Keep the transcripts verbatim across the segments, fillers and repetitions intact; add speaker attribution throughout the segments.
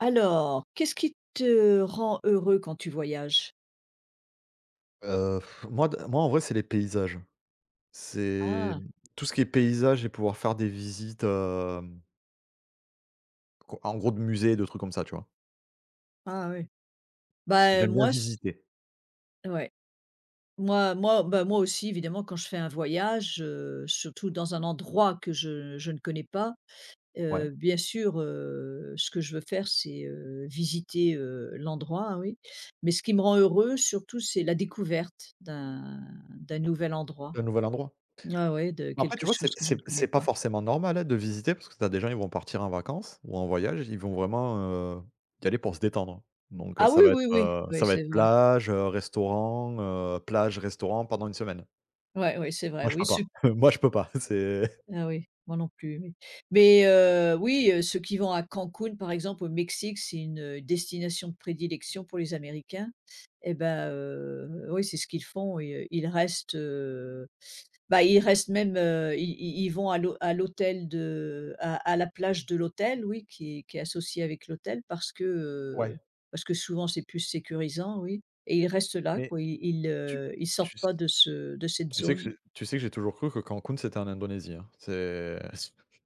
Speaker 1: Alors, qu'est-ce qui te rend heureux quand tu voyages?
Speaker 2: Heu, moi d moi en vrai, c'est les paysages. C'est,
Speaker 1: Ah,
Speaker 2: mmh, tout ce qui est paysage et pouvoir faire des visites, hem, co en gros de musées, de trucs comme ça, tu vois?
Speaker 1: ah oui. Bah,
Speaker 2: J'aime bien
Speaker 1: moi, c-
Speaker 2: visiter.
Speaker 1: ouais. Moi, moi, bah, moi aussi, évidemment, quand je fais un voyage, euh, surtout dans un endroit que je, je ne connais pas,
Speaker 2: Ouais,
Speaker 1: euh, bien sûr, euh, ce que je veux faire, c'est euh, visiter euh, l'endroit, hein, oui. Mais ce qui me rend heureux, surtout, c'est la découverte d'un d'un nouvel endroit.
Speaker 2: un nouvel endroit.
Speaker 1: Ah ouais, de
Speaker 2: Après,
Speaker 1: quelque
Speaker 2: tu vois,
Speaker 1: chose
Speaker 2: c'est
Speaker 1: que je ne
Speaker 2: c'est
Speaker 1: connais
Speaker 2: c'est pas
Speaker 1: pas.
Speaker 2: forcément normal, hein, de visiter parce que t'as des gens, ils vont partir en vacances ou en voyage, ils vont vraiment, heu, y aller pour se détendre. Donc, heu,
Speaker 1: Ah
Speaker 2: ça
Speaker 1: oui,
Speaker 2: va
Speaker 1: oui,
Speaker 2: être,
Speaker 1: oui,
Speaker 2: heu,
Speaker 1: oui,
Speaker 2: ça va être
Speaker 1: c'est vrai.
Speaker 2: plage, heu, restaurant, heu, plage, restaurant pendant une semaine.
Speaker 1: Ouais, ouais, c'est vrai.
Speaker 2: Moi, je
Speaker 1: Oui.
Speaker 2: peux pas. Moi, je peux pas. C'est
Speaker 1: Ah oui, moi non plus, oui. Mais heu, oui, heu, ceux qui vont à Cancun, par exemple, au Mexique, c'est une, heu, destination de prédilection pour les Américains et ben heu, oui, c'est ce qu'ils font et heu, ils restent, heu, bah, ils restent même, heu, ils ils ils vont à l'hô à l'hôtel de à à la plage de l'hôtel, oui, qui est qui est associée avec l'hôtel parce que, heu,
Speaker 2: Ouais.
Speaker 1: parce que souvent c'est plus sécurisant, oui et ils restent là,
Speaker 2: Mais
Speaker 1: quoi. Ils ils,
Speaker 2: tu
Speaker 1: heu, ils sortent
Speaker 2: tu
Speaker 1: pas de ce de cette
Speaker 2: Tu sais que
Speaker 1: zone.
Speaker 2: j'ai tu sais que j'ai toujours cru que Cancun, c'était en Indonésie, hein. C'est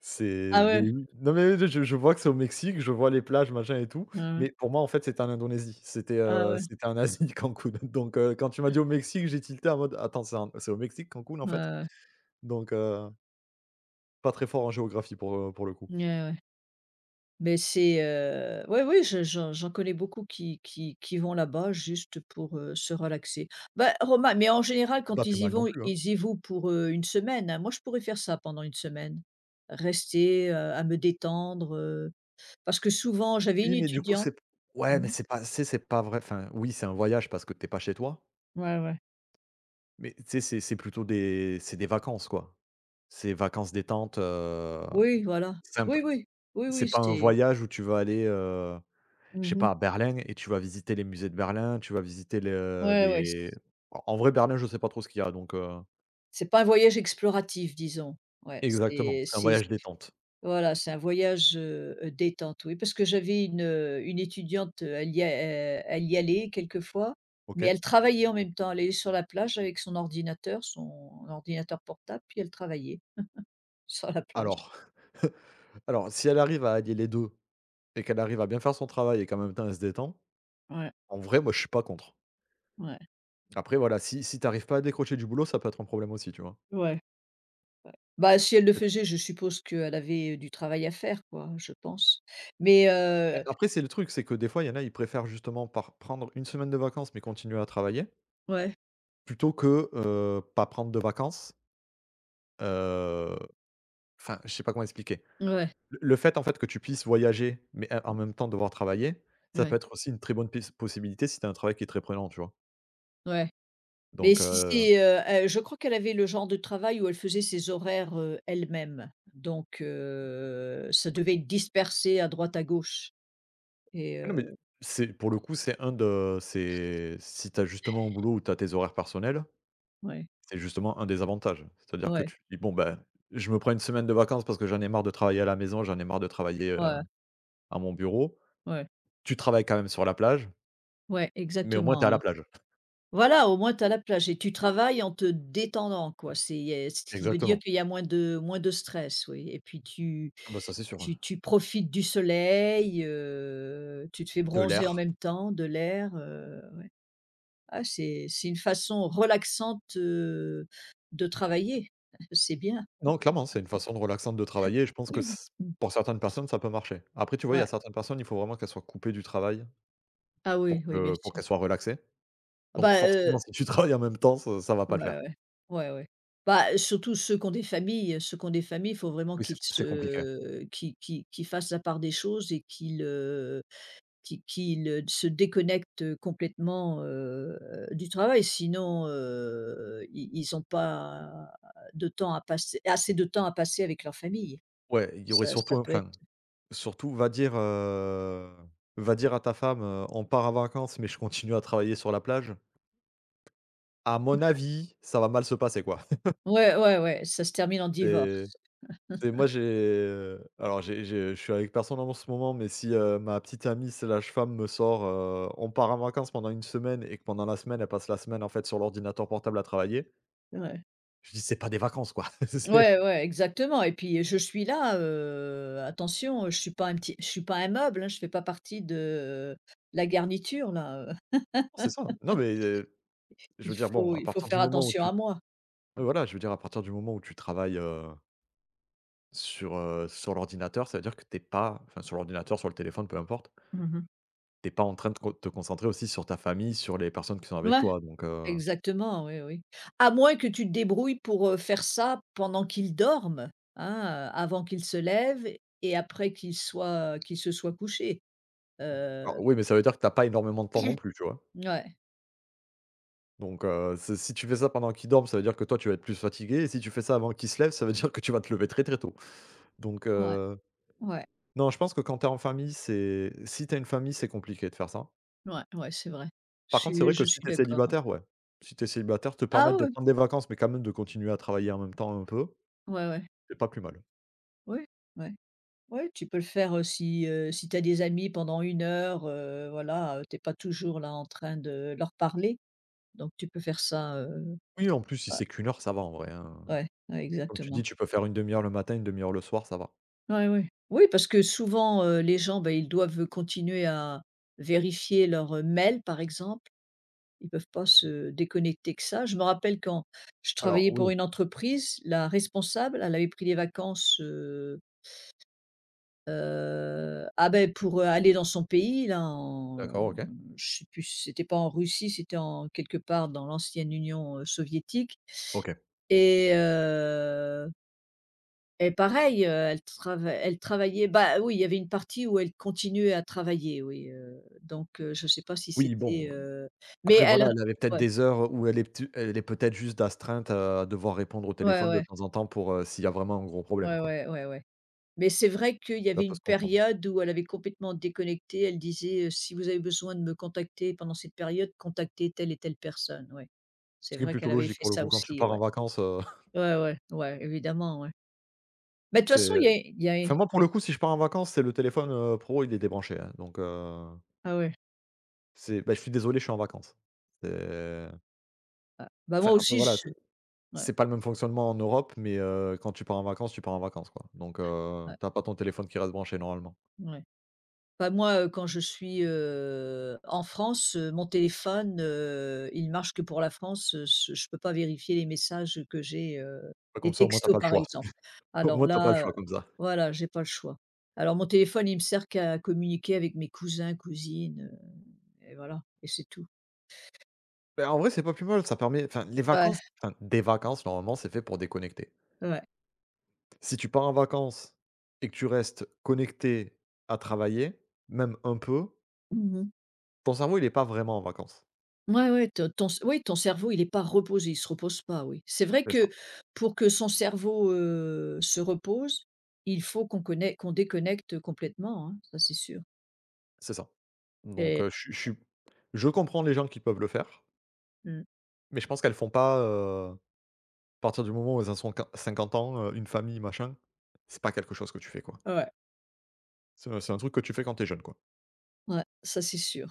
Speaker 2: c'est
Speaker 1: Ah
Speaker 2: mais
Speaker 1: ouais,
Speaker 2: oui. Non, mais je je vois que c'est au Mexique, je vois les plages, machin et tout,
Speaker 1: ouais, ouais.
Speaker 2: mais pour moi, en fait, c'était en Indonésie. C'était,
Speaker 1: Ah
Speaker 2: heu,
Speaker 1: ouais,
Speaker 2: c'était en Asie, Cancun. Donc, heu, quand tu m'as dit au Mexique, j'ai tilté en mode: «Attends, c'est en c'est au Mexique, Cancun, en
Speaker 1: ouais,
Speaker 2: fait?»
Speaker 1: ouais.
Speaker 2: donc, heu, pas très fort en géographie pour, euh, pour le coup.
Speaker 1: Ouais, ouais. Mais c'est, heu, ouais, oui, j'en j'en connais beaucoup qui qui qui vont là-bas juste pour, heu, se relaxer. Bah, Roma mais en général,
Speaker 2: C'est pas
Speaker 1: quand
Speaker 2: plus
Speaker 1: ils y
Speaker 2: mal non
Speaker 1: vont,
Speaker 2: plus, hein.
Speaker 1: ils y vont pour, heu, 1 semaine, hein. Moi, je pourrais faire ça pendant une semaine, rester, heu, à me détendre, heu, parce que souvent j'avais une
Speaker 2: Oui, mais du coup,
Speaker 1: étudiante.
Speaker 2: c'est ouais, mais
Speaker 1: Mmh.
Speaker 2: c'est pas c'est c'est pas vrai enfin, oui, c'est un voyage parce que t'es pas chez toi,
Speaker 1: Ouais, ouais.
Speaker 2: mais tu sais, c'est c'est plutôt des c'est des vacances, quoi. C'est vacances détente, heu
Speaker 1: Oui, voilà. Oui,
Speaker 2: Simple.
Speaker 1: oui. Oui,
Speaker 2: C'est
Speaker 1: oui,
Speaker 2: pas un
Speaker 1: c'est
Speaker 2: voyage où tu vas aller, heu, je sais pas,
Speaker 1: mmh.
Speaker 2: à Berlin et tu vas visiter les musées de Berlin, tu vas visiter le
Speaker 1: Ouais, ouais.
Speaker 2: les en en vrai, Berlin, je sais pas trop ce qu'il y a, donc heu
Speaker 1: C'est pas un voyage exploratif, disons. Ouais,
Speaker 2: exactement,
Speaker 1: c'est
Speaker 2: c'est un
Speaker 1: c'est.
Speaker 2: voyage détente.
Speaker 1: Voilà, c'est un voyage, heu heu, détente, oui, parce que j'avais une, heu, une étudiante, heu, elle y a elle elle y allait quelquefois, mais
Speaker 2: OK.
Speaker 1: elle travaillait en même temps. Elle allait sur la plage avec son ordinateur, son ordinateur portable, puis elle travaillait sur la plage.
Speaker 2: Alors alors si elle arrive à allier les deux et qu'elle arrive à bien faire son travail et qu'en même temps, elle se détend,
Speaker 1: Ouais,
Speaker 2: en vrai, moi, je suis pas contre.
Speaker 1: ouais,
Speaker 2: Après, voilà, si si t'arrives pas à décrocher du boulot, ça peut être un problème aussi, tu vois?
Speaker 1: ouais. Bah, si elle
Speaker 2: Parce
Speaker 1: le
Speaker 2: que
Speaker 1: faisait, je suppose qu'elle avait du travail à faire, quoi, je pense. Mais
Speaker 2: a
Speaker 1: heu,
Speaker 2: après, c'est le truc, c'est que des fois, il y en a, ils préfèrent justement par prendre une semaine de vacances mais continuer à travailler,
Speaker 1: ouais,
Speaker 2: plutôt que, heu, pas prendre de vacances. Heu, enfin, je sais pas comment expliquer.
Speaker 1: ouais,
Speaker 2: Le le fait, en fait, que tu puisses voyager, mais en en même temps devoir travailler, ça peut
Speaker 1: ouais,
Speaker 2: être aussi une très bonne pis possibilité si tu as un travail qui est très prenant, tu vois?
Speaker 1: ouais. Mais
Speaker 2: Donc
Speaker 1: si
Speaker 2: heu,
Speaker 1: c'est, heu, heu, je crois qu'elle avait le genre de travail où elle faisait ses horaires, heu, elle-même. Donc, heu, ça
Speaker 2: oui,
Speaker 1: devait être dispersé à droite à gauche et
Speaker 2: mais non,
Speaker 1: heu,
Speaker 2: mais c'est pour le coup, c'est un de c'est si tu as justement un boulot où tu as tes horaires personnels,
Speaker 1: ouais,
Speaker 2: c'est justement un des avantages. C'est-à-dire que
Speaker 1: ouais,
Speaker 2: tu te dis: «Bon, ben, je me prends une semaine de vacances parce que j'en ai marre de travailler à la maison, j'en ai marre de travailler, heu,
Speaker 1: ouais,
Speaker 2: à mon bureau».
Speaker 1: ouais,
Speaker 2: Tu travailles quand même sur la plage,
Speaker 1: ouais,
Speaker 2: mais au moins tu es à
Speaker 1: exactement,
Speaker 2: la
Speaker 1: ouais.
Speaker 2: plage.
Speaker 1: Voilà, au moins tu as la plage et tu travailles en te détendant, quoi. C'est il ce qui veut dire
Speaker 2: Exactement.
Speaker 1: qu'il y a moins de moins de stress, oui et puis tu
Speaker 2: Ah bah, ça, c'est sûr, hein.
Speaker 1: tu tu profites du soleil, heu, tu te fais
Speaker 2: De
Speaker 1: bronzer en
Speaker 2: l'air.
Speaker 1: même temps, de l'air, heu. Ah, c'est c'est une façon relaxante, heu, de travailler. C'est bien.
Speaker 2: Non, clairement, c'est une façon de relaxante de travailler et je pense que c
Speaker 1: Mmh.
Speaker 2: pour certaines personnes, ça peut marcher. Après, tu vois, il y a
Speaker 1: Ouais.
Speaker 2: certaines personnes, il faut vraiment qu'elles soient coupées du travail
Speaker 1: Ah
Speaker 2: pour
Speaker 1: oui, oui, bien
Speaker 2: que pour
Speaker 1: sûr.
Speaker 2: qu'elles soient relaxées.
Speaker 1: Ah
Speaker 2: Donc
Speaker 1: bah,
Speaker 2: forcément,
Speaker 1: heu,
Speaker 2: si tu travailles en même temps, ça ça va pas
Speaker 1: ouais,
Speaker 2: le faire.
Speaker 1: ouais. Ouais, ouais. Bah, surtout ceux qui ont des familles, ceux qui ont des familles, il faut vraiment
Speaker 2: Oui, c'est
Speaker 1: qu'ils
Speaker 2: c'est compliqué.
Speaker 1: se qu'ils qu'ils qu'ils fassent la part des choses et qu'ils, heu, qu'ils qu'ils, se déconnectent, complètement, heu, du travail. Sinon, heu, ils ils ont pas de temps à passer assez de temps à passer avec leur famille.
Speaker 2: Ouais, il y aurait
Speaker 1: Ça ça
Speaker 2: surtout
Speaker 1: peut être.
Speaker 2: enfin, surtout va dire, heu, va dire à ta femme, heu: «On part en vacances, mais je continue à travailler sur la plage». À mon avis, ça va mal se passer, quoi.
Speaker 1: Ouais, ouais, ouais, ça se termine en
Speaker 2: C'est
Speaker 1: divorce.
Speaker 2: Et moi, j'ai, euh, alors j'ai j'ai je suis avec personne en ce moment, mais si, heu, ma petite amie slash femme me sort, heu: «On part en vacances pendant une semaine» et que pendant la semaine, elle passe la semaine, en fait, sur l'ordinateur portable à travailler,
Speaker 1: Ouais.
Speaker 2: je dis: «C'est pas des vacances, quoi». C'est
Speaker 1: Ouais, ouais, exactement et puis, je suis là, heu, attention, je suis pas un petit je suis pas un meuble, hein, je fais pas partie de la garniture là, heu,
Speaker 2: c'est ça. Non, mais, heu, je veux
Speaker 1: il
Speaker 2: dire, bon,
Speaker 1: faut
Speaker 2: à
Speaker 1: il faut
Speaker 2: partir du
Speaker 1: faire
Speaker 2: moment où
Speaker 1: attention
Speaker 2: tu
Speaker 1: à moi.
Speaker 2: oui, voilà, je veux dire, à partir du moment où tu travailles, heu, sur, heu, sur l'ordinateur, ça veut dire que t'es pas enfin, sur l'ordinateur, sur le téléphone, peu importe,
Speaker 1: Mmh.
Speaker 2: t'es pas en train de con te concentrer aussi sur ta famille, sur les personnes qui sont avec
Speaker 1: Ouais,
Speaker 2: toi, donc, heu
Speaker 1: exactement, oui, oui. À moins que tu te débrouilles pour, heu, faire ça pendant qu'il dorme, hein, heu, avant qu'il se lève et après qu'il soit qu'il se soit couché. Heu,
Speaker 2: alors oui, mais ça veut dire que t'as pas énormément de temps non plus, tu vois?
Speaker 1: ouais,
Speaker 2: Donc heu, c'est si tu fais ça pendant qu'ils dorment, ça veut dire que toi, tu vas être plus fatigué et si tu fais ça avant qu'ils se lèvent, ça veut dire que tu vas te lever très, très tôt. Donc
Speaker 1: ouais,
Speaker 2: heu,
Speaker 1: ouais,
Speaker 2: non, je pense que quand t'es en famille, c'est si tu une famille, c'est compliqué de faire ça.
Speaker 1: ouais, ouais, c'est vrai. Je
Speaker 2: Par contre, c'est
Speaker 1: suis
Speaker 2: vrai que
Speaker 1: je
Speaker 2: si
Speaker 1: suis
Speaker 2: t'es
Speaker 1: d'accord.
Speaker 2: célibataire, ouais. Si t'es célibataire, te
Speaker 1: Ah
Speaker 2: permettre de
Speaker 1: ouais,
Speaker 2: prendre des vacances, mais quand même de continuer à travailler en même temps un peu,
Speaker 1: ouais, ouais,
Speaker 2: c'est pas plus mal.
Speaker 1: ouais, ouais, ouais, tu peux le faire, heu, si, heu, si tu as des amis pendant une heure, heu, voilà, heu, tu pas toujours là en train de leur parler, donc tu peux faire ça, heu,
Speaker 2: Oui, en plus, si
Speaker 1: ouais,
Speaker 2: c'est qu'une heure, ça va en vrai, hein.
Speaker 1: ouais, ouais,
Speaker 2: Comme tu dis,
Speaker 1: exactement.
Speaker 2: tu peux faire une demi heure le matin, une demi heure le soir, ça va.
Speaker 1: Ouais, ouais. Oui, parce que souvent, heu, les gens, ben, ils doivent continuer à vérifier leur, heu, mail, par exemple. Ils peuvent pas se déconnecter que ça. Je me rappelle, quand je
Speaker 2: Alors
Speaker 1: travaillais pour
Speaker 2: oui,
Speaker 1: une entreprise, la responsable, elle avait pris des vacances. Heu, ah ben, pour heu, aller dans son pays là, en
Speaker 2: d'accord, OK.
Speaker 1: je sais plus si c'était pas en Russie, c'était en quelque part dans l'ancienne Union, heu, soviétique.
Speaker 2: OK.
Speaker 1: Et heu, et pareil, heu, elle trava elle travaillait, bah oui, il y avait une partie où elle continuait à travailler, oui, heu, donc heu, je sais pas si
Speaker 2: Oui, bon.
Speaker 1: c'était, heu. mais
Speaker 2: Après voilà,
Speaker 1: elle
Speaker 2: elle avait peut-être
Speaker 1: Ouais,
Speaker 2: des heures où elle est ptu elle est peut-être juste d'astreinte à devoir répondre au
Speaker 1: ouais,
Speaker 2: téléphone de
Speaker 1: ouais,
Speaker 2: temps en temps pour, heu, s'il y a vraiment un gros problème,
Speaker 1: ouais,
Speaker 2: quoi.
Speaker 1: ouais, ouais, ouais. Mais c'est vrai qu'il y
Speaker 2: Ça
Speaker 1: avait
Speaker 2: peut
Speaker 1: une
Speaker 2: se comprendre.
Speaker 1: période où elle avait complètement déconnecté. Elle disait, heu: «Si vous avez besoin de me contacter pendant cette période, contactez telle et telle personne», ouais.
Speaker 2: Ce
Speaker 1: C'est
Speaker 2: qui est
Speaker 1: vrai
Speaker 2: plutôt
Speaker 1: qu'elle avait
Speaker 2: logique
Speaker 1: fait
Speaker 2: pour le
Speaker 1: ça
Speaker 2: coup, quand tu
Speaker 1: aussi,
Speaker 2: pars
Speaker 1: ouais.
Speaker 2: en vacances, heu,
Speaker 1: Ouais, ouais, ouais, évidemment, ouais. Bah, de toute façon,
Speaker 2: c'est
Speaker 1: il y a il y a
Speaker 2: enfin moi pour le
Speaker 1: oui.
Speaker 2: coup, si je pars en vacances, c'est le téléphone, heu, pro, il est débranché, hein, donc heu,
Speaker 1: Ah ouais.
Speaker 2: c'est bah, je suis désolé, je suis en vacances. C'est
Speaker 1: Ah bah,
Speaker 2: Enfin,
Speaker 1: moi
Speaker 2: après
Speaker 1: aussi
Speaker 2: voilà,
Speaker 1: je
Speaker 2: c'est
Speaker 1: ouais,
Speaker 2: c'est pas le même fonctionnement en Europe, mais heu, quand tu pars en vacances, tu pars en vacances, quoi, donc heu,
Speaker 1: ouais,
Speaker 2: tu pas ton téléphone qui reste branché normalement.
Speaker 1: ouais. Bah, moi, heu, quand je suis, heu, en France, heu, mon téléphone, heu, il marche que pour la France, heu, je je peux pas vérifier les messages que j'ai, heu,
Speaker 2: Bah, comme
Speaker 1: les
Speaker 2: ça au moins tu pas
Speaker 1: textos
Speaker 2: le
Speaker 1: par
Speaker 2: choix.
Speaker 1: exemple.
Speaker 2: Au
Speaker 1: Alors
Speaker 2: moins tu pas le
Speaker 1: là, heu,
Speaker 2: choix comme ça.
Speaker 1: voilà, j'ai pas le choix. Alors mon téléphone, il me sert qu'à communiquer avec mes cousins, cousines, heu et voilà, et c'est tout.
Speaker 2: Bah, en vrai, c'est pas plus mal, ça permet enfin les
Speaker 1: Ouais,
Speaker 2: vacances enfin des vacances, normalement, c'est fait pour déconnecter.
Speaker 1: ouais.
Speaker 2: Si tu pars en vacances et que tu restes connecté à travailler, même un peu,
Speaker 1: Mmh.
Speaker 2: ton cerveau, il est pas vraiment en vacances.
Speaker 1: Ouais, ouais, ton ton oui, ton cerveau, il est pas reposé, il se repose pas, oui. C'est vrai
Speaker 2: C'est ça,
Speaker 1: que pour que son cerveau, heu, se repose, il faut qu'on connaît qu'on déconnecte complètement, hein, ça c'est sûr,
Speaker 2: c'est ça. Donc
Speaker 1: et
Speaker 2: heu, je je suis je comprends les gens qui peuvent le faire,
Speaker 1: mmh,
Speaker 2: mais je pense qu'elles font pas, heu, à partir du moment où elles ont soin cinquante ans, heu, une famille, machin, c'est pas quelque chose que tu fais, quoi.
Speaker 1: ouais,
Speaker 2: C'est un c'est un truc que tu fais quand t'es jeune, quoi.
Speaker 1: ouais, ça c'est sûr.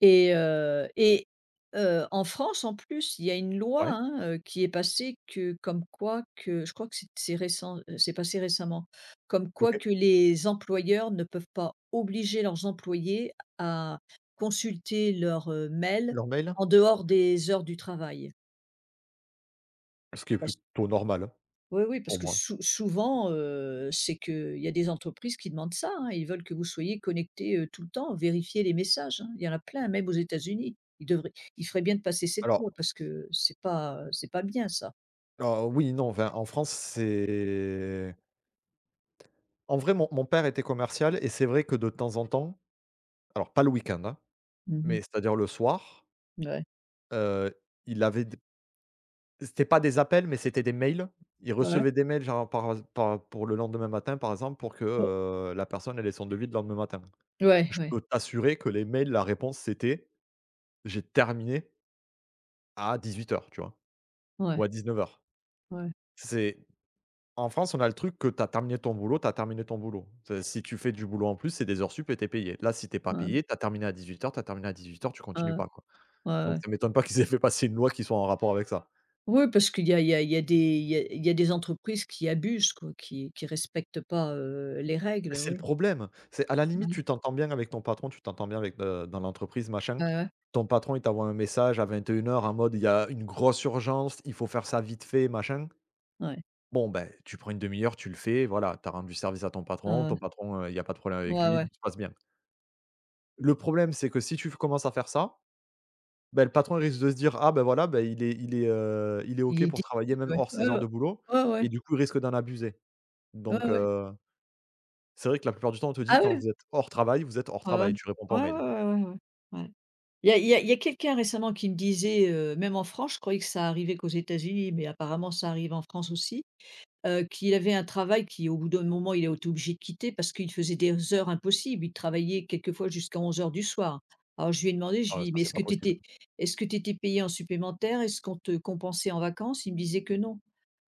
Speaker 1: Et heu et heu, en France, en plus, il y a une loi,
Speaker 2: Ouais,
Speaker 1: hein, heu, qui est passée, que comme quoi, que je crois que c'est c'est récent, heu, c'est passé récemment. Comme quoi
Speaker 2: OK.
Speaker 1: que les employeurs ne peuvent pas obliger leurs employés à consulter leur, heu, mail
Speaker 2: Leur mail,
Speaker 1: en dehors
Speaker 2: OK.
Speaker 1: des heures du travail.
Speaker 2: Ce qui est plutôt normal, hein,
Speaker 1: Oui, oui, parce
Speaker 2: pour
Speaker 1: que
Speaker 2: moi.
Speaker 1: sou souvent, heu, c'est qu'il y a des entreprises qui demandent ça, hein. Ils veulent que vous soyez connecté, heu, tout le temps, vérifier les messages, hein. Il y en a plein, même aux États-Unis. Ils devraient, il ferait bien de passer cette
Speaker 2: Alors
Speaker 1: loi, parce que c'est pas, c'est pas bien, ça.
Speaker 2: Alors oui, non, enfin, en France, c'est en vrai, mon mon père était commercial et c'est vrai que de temps en temps, alors pas le week-end, hein, mais
Speaker 1: Mmh.
Speaker 2: c'est-à-dire le soir,
Speaker 1: Ouais.
Speaker 2: heu, il avait d c'était pas des appels, mais c'était des mails. Il
Speaker 1: Ouais.
Speaker 2: recevait des mails genre par par pour le lendemain matin, par exemple, pour que,
Speaker 1: Oh.
Speaker 2: heu, la personne elle ait son devis le lendemain matin.
Speaker 1: Ouais,
Speaker 2: Je
Speaker 1: ouais,
Speaker 2: peux t'assurer que les mails, la réponse, c'était: «J'ai terminé à dix-huit heures, tu vois? Ou
Speaker 1: ouais,
Speaker 2: à dix-neuf heures.
Speaker 1: ouais, ouais,
Speaker 2: C'est En France, on a le truc que tu as terminé ton boulot, tu as terminé ton boulot. C'est Si tu fais du boulot en plus, c'est des heures sup et tu payé. Là, si t'es pas
Speaker 1: ouais,
Speaker 2: payé, tu as terminé à dix-huit heures, tu as terminé à dix-huit heures, tu continues pas, quoi.
Speaker 1: ouais,
Speaker 2: Donc
Speaker 1: ouais.
Speaker 2: ça m'étonne pas qu'ils aient fait passer une loi qui soit en rapport avec ça.
Speaker 1: Oui, parce qu'il y a il y a il y a des il y a il y a des entreprises qui abusent, quoi, qui qui respectent pas, heu, les
Speaker 2: Mais
Speaker 1: règles,
Speaker 2: c'est le
Speaker 1: oui.
Speaker 2: problème. C'est à la limite,
Speaker 1: Mmh.
Speaker 2: tu t'entends bien avec ton patron, tu t'entends bien avec, heu, dans l'entreprise, machin.
Speaker 1: Ouais, ouais, ouais.
Speaker 2: Ton patron, il t'envoie un message à vingt et une heures en mode: «Il y a une grosse urgence, il faut faire ça vite fait, machin».
Speaker 1: Ouais,
Speaker 2: Bon, ben, tu prends une demi heure, tu le fais, voilà, tu as rendu service à ton patron,
Speaker 1: ouais.
Speaker 2: ton patron, heu, il y a pas de problème avec
Speaker 1: Ouais,
Speaker 2: lui,
Speaker 1: ouais.
Speaker 2: tout se passe bien. Le problème, c'est que si tu commences à faire ça Bah, le patron, il risque de se dire: «Ah, ben voilà, bah, il est il est, heu, il est OK
Speaker 1: Il
Speaker 2: pour
Speaker 1: était
Speaker 2: travailler même
Speaker 1: Ouais.
Speaker 2: hors ses heures de boulot»
Speaker 1: Ouais,
Speaker 2: et
Speaker 1: ouais.
Speaker 2: du coup, il risque d'en abuser.
Speaker 1: Ouais, ouais.
Speaker 2: Donc
Speaker 1: Ouais, ouais.
Speaker 2: heu, c'est vrai que la plupart du temps, on te dit:
Speaker 1: Ah
Speaker 2: «Quand
Speaker 1: ouais?
Speaker 2: vous êtes hors travail, vous êtes hors
Speaker 1: Ah ouais.
Speaker 2: travail, tu réponds pas aux
Speaker 1: Ouais,
Speaker 2: mails».
Speaker 1: ouais, ouais, ouais, ouais. Ouais. Il y a il y a il y a quelqu'un récemment qui me disait, heu, même en France, je croyais que ça arrivait qu'aux États-Unis, mais apparemment ça arrive en France aussi, heu, qu'il avait un travail qui, au bout d'un moment, il a été obligé de quitter parce qu'il faisait des heures impossibles. Il travaillait quelquefois jusqu'à onze heures du soir. Alors je lui ai demandé, je
Speaker 2: Ah ouais,
Speaker 1: lui
Speaker 2: ça,
Speaker 1: dis: «Mais
Speaker 2: c'est
Speaker 1: est-ce
Speaker 2: pas
Speaker 1: que tu
Speaker 2: possible.
Speaker 1: étais est-ce que tu étais payé en supplémentaire? Est-ce qu'on te compensait en vacances?» Il me disait que non,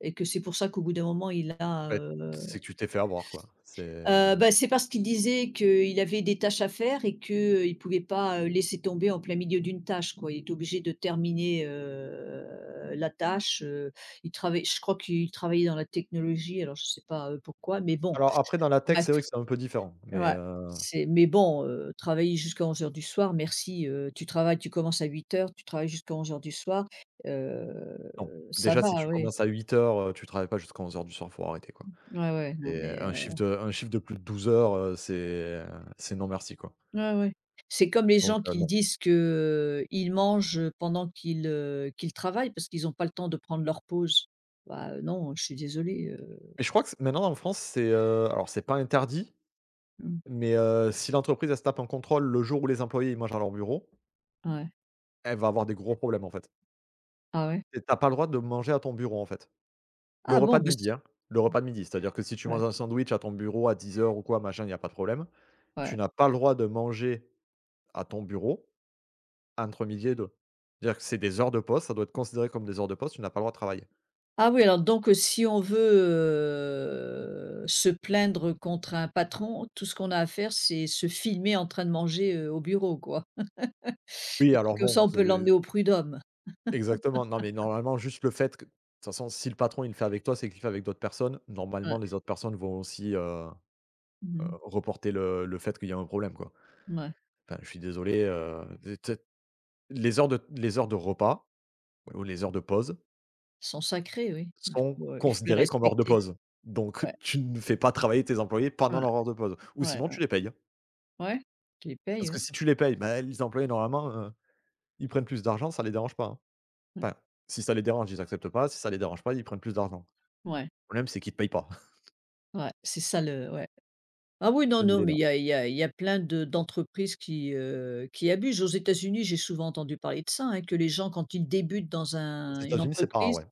Speaker 1: et que c'est pour ça qu'au bout d'un moment, il a.
Speaker 2: Ouais, c'est que tu t'es fait avoir, quoi. C'est
Speaker 1: Heu, bah, c'est parce qu'il disait qu'il avait des tâches à faire et qu'il ne pouvait pas, heu, laisser tomber en plein milieu d'une tâche, quoi. Il était obligé de terminer, heu, la tâche, heu. Il travaille. je crois qu'il travaillait dans la technologie, alors je ne sais pas, heu, pourquoi, mais bon,
Speaker 2: Alors après, dans la tech,
Speaker 1: bref,
Speaker 2: c'est vrai que c'est un peu différent, mais
Speaker 1: ouais,
Speaker 2: heu,
Speaker 1: c'est mais bon, heu, travailler jusqu'à onze heures du soir, merci, heu, tu travailles, tu commences à huit heures, tu travailles jusqu'à onze heures du soir, heu,
Speaker 2: non.
Speaker 1: ça
Speaker 2: Déjà, si tu
Speaker 1: va, oui.
Speaker 2: commences à huit heures, heu, tu travailles pas jusqu'à onze heures du soir, faut arrêter, quoi.
Speaker 1: Ouais, ouais, non
Speaker 2: Et
Speaker 1: mais
Speaker 2: un
Speaker 1: euh,
Speaker 2: chiffre de un chiffre de plus de douze heures, heu, c'est, c'est non merci, quoi.
Speaker 1: ouais, ouais. C'est comme les
Speaker 2: Donc,
Speaker 1: gens
Speaker 2: heu,
Speaker 1: qui
Speaker 2: non.
Speaker 1: disent que ils mangent pendant qu'ils, heu, qu'ils travaillent parce qu'ils ont pas le temps de prendre leur pause. Bah, heu, non, je suis désolée, heu,
Speaker 2: Et je crois que c maintenant en France, c'est, heu, alors c'est pas interdit,
Speaker 1: mmh,
Speaker 2: mais, heu, si l'entreprise, elle se tape en contrôle le jour où les employés, ils mangent à leur bureau,
Speaker 1: ouais.
Speaker 2: elle va avoir des gros problèmes, en fait.
Speaker 1: Ah ouais?
Speaker 2: Et tu pas le droit de manger à ton bureau, en fait. Le
Speaker 1: Ah bon,
Speaker 2: repas de
Speaker 1: bah, c
Speaker 2: midi, hein, le repas de midi, c'est-à-dire que si tu manges
Speaker 1: ouais,
Speaker 2: un sandwich à ton bureau à dix heures ou quoi, machin, il y a pas de problème. Tu
Speaker 1: ouais.
Speaker 2: n'as pas le droit de manger à ton bureau entre midi et deux. C'est-à-dire que c'est des heures de poste, ça doit être considéré comme des heures de poste, tu n'as pas le droit de travailler.
Speaker 1: Ah oui, alors, donc, heu, si on veut, heu, se plaindre contre un patron, tout ce qu'on a à faire, c'est se filmer en train de manger, heu, au bureau, quoi,
Speaker 2: Oui,
Speaker 1: et puis
Speaker 2: alors
Speaker 1: comme ça,
Speaker 2: bon,
Speaker 1: on
Speaker 2: c'est
Speaker 1: peut l'emmener au prud'homme.
Speaker 2: Exactement. Non, mais normalement, juste le fait que de toute façon, si le patron, il le fait avec toi, c'est qu'il le fait avec d'autres personnes. Normalement,
Speaker 1: Ouais.
Speaker 2: les autres personnes vont aussi, heu
Speaker 1: Mmh
Speaker 2: heu,
Speaker 1: mh.
Speaker 2: reporter le le fait qu'il y a un problème, quoi. Enfin, je suis désolé, heu, tu sais, les heures de les heures de repas ou les heures de pause
Speaker 1: Ils sont sacrés, oui. Il
Speaker 2: sont
Speaker 1: faut, heu, il faut les
Speaker 2: considérées comme heures de
Speaker 1: respecter.
Speaker 2: pause. Donc
Speaker 1: Ouais,
Speaker 2: tu ne fais pas travailler tes employés pendant leurs heures de pause ou
Speaker 1: ouais,
Speaker 2: sinon tu
Speaker 1: ouais.
Speaker 2: les payes. hein.
Speaker 1: Ouais, tu les
Speaker 2: Parce
Speaker 1: payes,
Speaker 2: que
Speaker 1: ouais.
Speaker 2: si tu les payes, bah, les employés normalement, heu, ils prennent plus d'argent, ça les dérange pas, hein.
Speaker 1: Ouais,
Speaker 2: Enfin, si ça les dérange, ils acceptent pas, si ça les dérange pas, ils prennent plus d'argent. Le
Speaker 1: ouais,
Speaker 2: problème, c'est qu'ils te payent pas.
Speaker 1: ouais, c'est ça le ouais. Ah oui, non,
Speaker 2: Le problème, il
Speaker 1: non,
Speaker 2: est là.
Speaker 1: mais il y a il y a il y a plein de d'entreprises qui, heu, qui abusent. Aux États-Unis, j'ai souvent entendu parler de ça, hein, que les gens quand ils débutent dans
Speaker 2: Aux
Speaker 1: un une
Speaker 2: États-Unis, c'est pas rare,
Speaker 1: entreprise,
Speaker 2: ouais.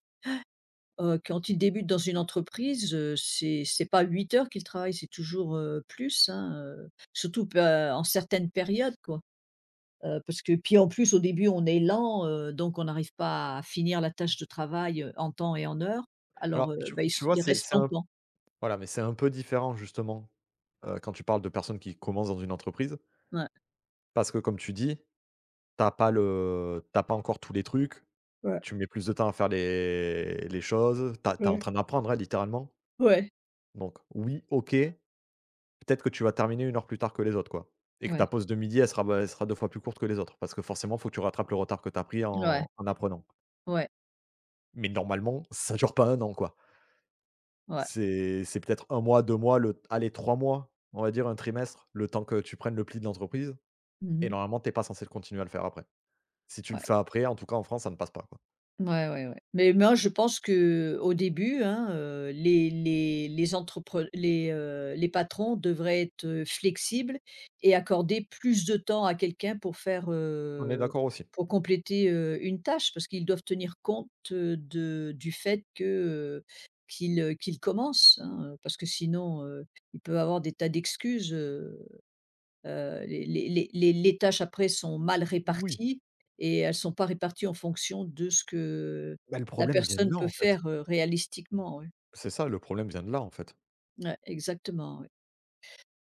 Speaker 1: heu, quand ils débutent dans une entreprise, heu, c'est c'est pas huit heures qu'ils travaillent, c'est toujours, heu, plus, hein, heu, surtout pe en certaines périodes, quoi. Heu, parce que puis en plus au début on est lent, heu, donc on n'arrive pas à finir la tâche de travail, heu, en temps et en heure. Alors,
Speaker 2: Alors,
Speaker 1: heu,
Speaker 2: tu
Speaker 1: bah, ils
Speaker 2: tu
Speaker 1: s
Speaker 2: vois,
Speaker 1: ils
Speaker 2: c'est
Speaker 1: restent
Speaker 2: c'est un
Speaker 1: longtemps.
Speaker 2: voilà, mais c'est un peu différent justement, heu, quand tu parles de personnes qui commencent dans une entreprise
Speaker 1: Ouais.
Speaker 2: parce que comme tu dis, t'as pas le t'as pas encore tous les trucs,
Speaker 1: Ouais,
Speaker 2: tu mets plus de temps à faire les les choses, t'as t'es en
Speaker 1: ouais,
Speaker 2: train d'apprendre, hein, littéralement.
Speaker 1: ouais.
Speaker 2: Donc oui, OK, peut-être que tu vas terminer une heure plus tard que les autres, quoi et que ta
Speaker 1: Ouais,
Speaker 2: pause de midi, elle sera bah, elle sera deux fois plus courte que les autres parce que forcément, faut que tu rattrapes le retard que tu as pris
Speaker 1: ouais,
Speaker 2: en en apprenant.
Speaker 1: ouais,
Speaker 2: Mais normalement, ça dure pas un an, quoi.
Speaker 1: ouais.
Speaker 2: C'est c'est peut-être un mois, deux mois, le allez trois mois, on va dire un trimestre, le temps que tu prennes le pli de l'entreprise et
Speaker 1: Mmh.
Speaker 2: normalement t'es pas censé le continuer à le faire après. Si tu le
Speaker 1: Ouais.
Speaker 2: fais après, en tout cas en France, ça ne passe pas, quoi.
Speaker 1: Ouais, ouais, ouais. Mais moi, je pense que au début, hein, heu, les les les entrepre les, heu, les patrons devraient être, heu, flexibles et accorder plus de temps à quelqu'un pour faire,
Speaker 2: On est
Speaker 1: heu,
Speaker 2: d'accord aussi?
Speaker 1: pour compléter, heu, une tâche. Parce qu'ils doivent tenir compte, heu, de du fait que, heu, qu'il, heu, qu'il commence, hein, parce que sinon, heu, il peut avoir des tas d'excuses, heu. Heu, les les les les les tâches après sont mal
Speaker 2: Oui.
Speaker 1: réparties et elles sont pas réparties en fonction de ce que
Speaker 2: Bah, le
Speaker 1: la
Speaker 2: problème, il vient de
Speaker 1: personne
Speaker 2: là,
Speaker 1: peut
Speaker 2: en fait.
Speaker 1: faire, heu, réalistiquement, oui.
Speaker 2: C'est ça, le problème vient de là, en fait.
Speaker 1: Ouais, exactement, oui.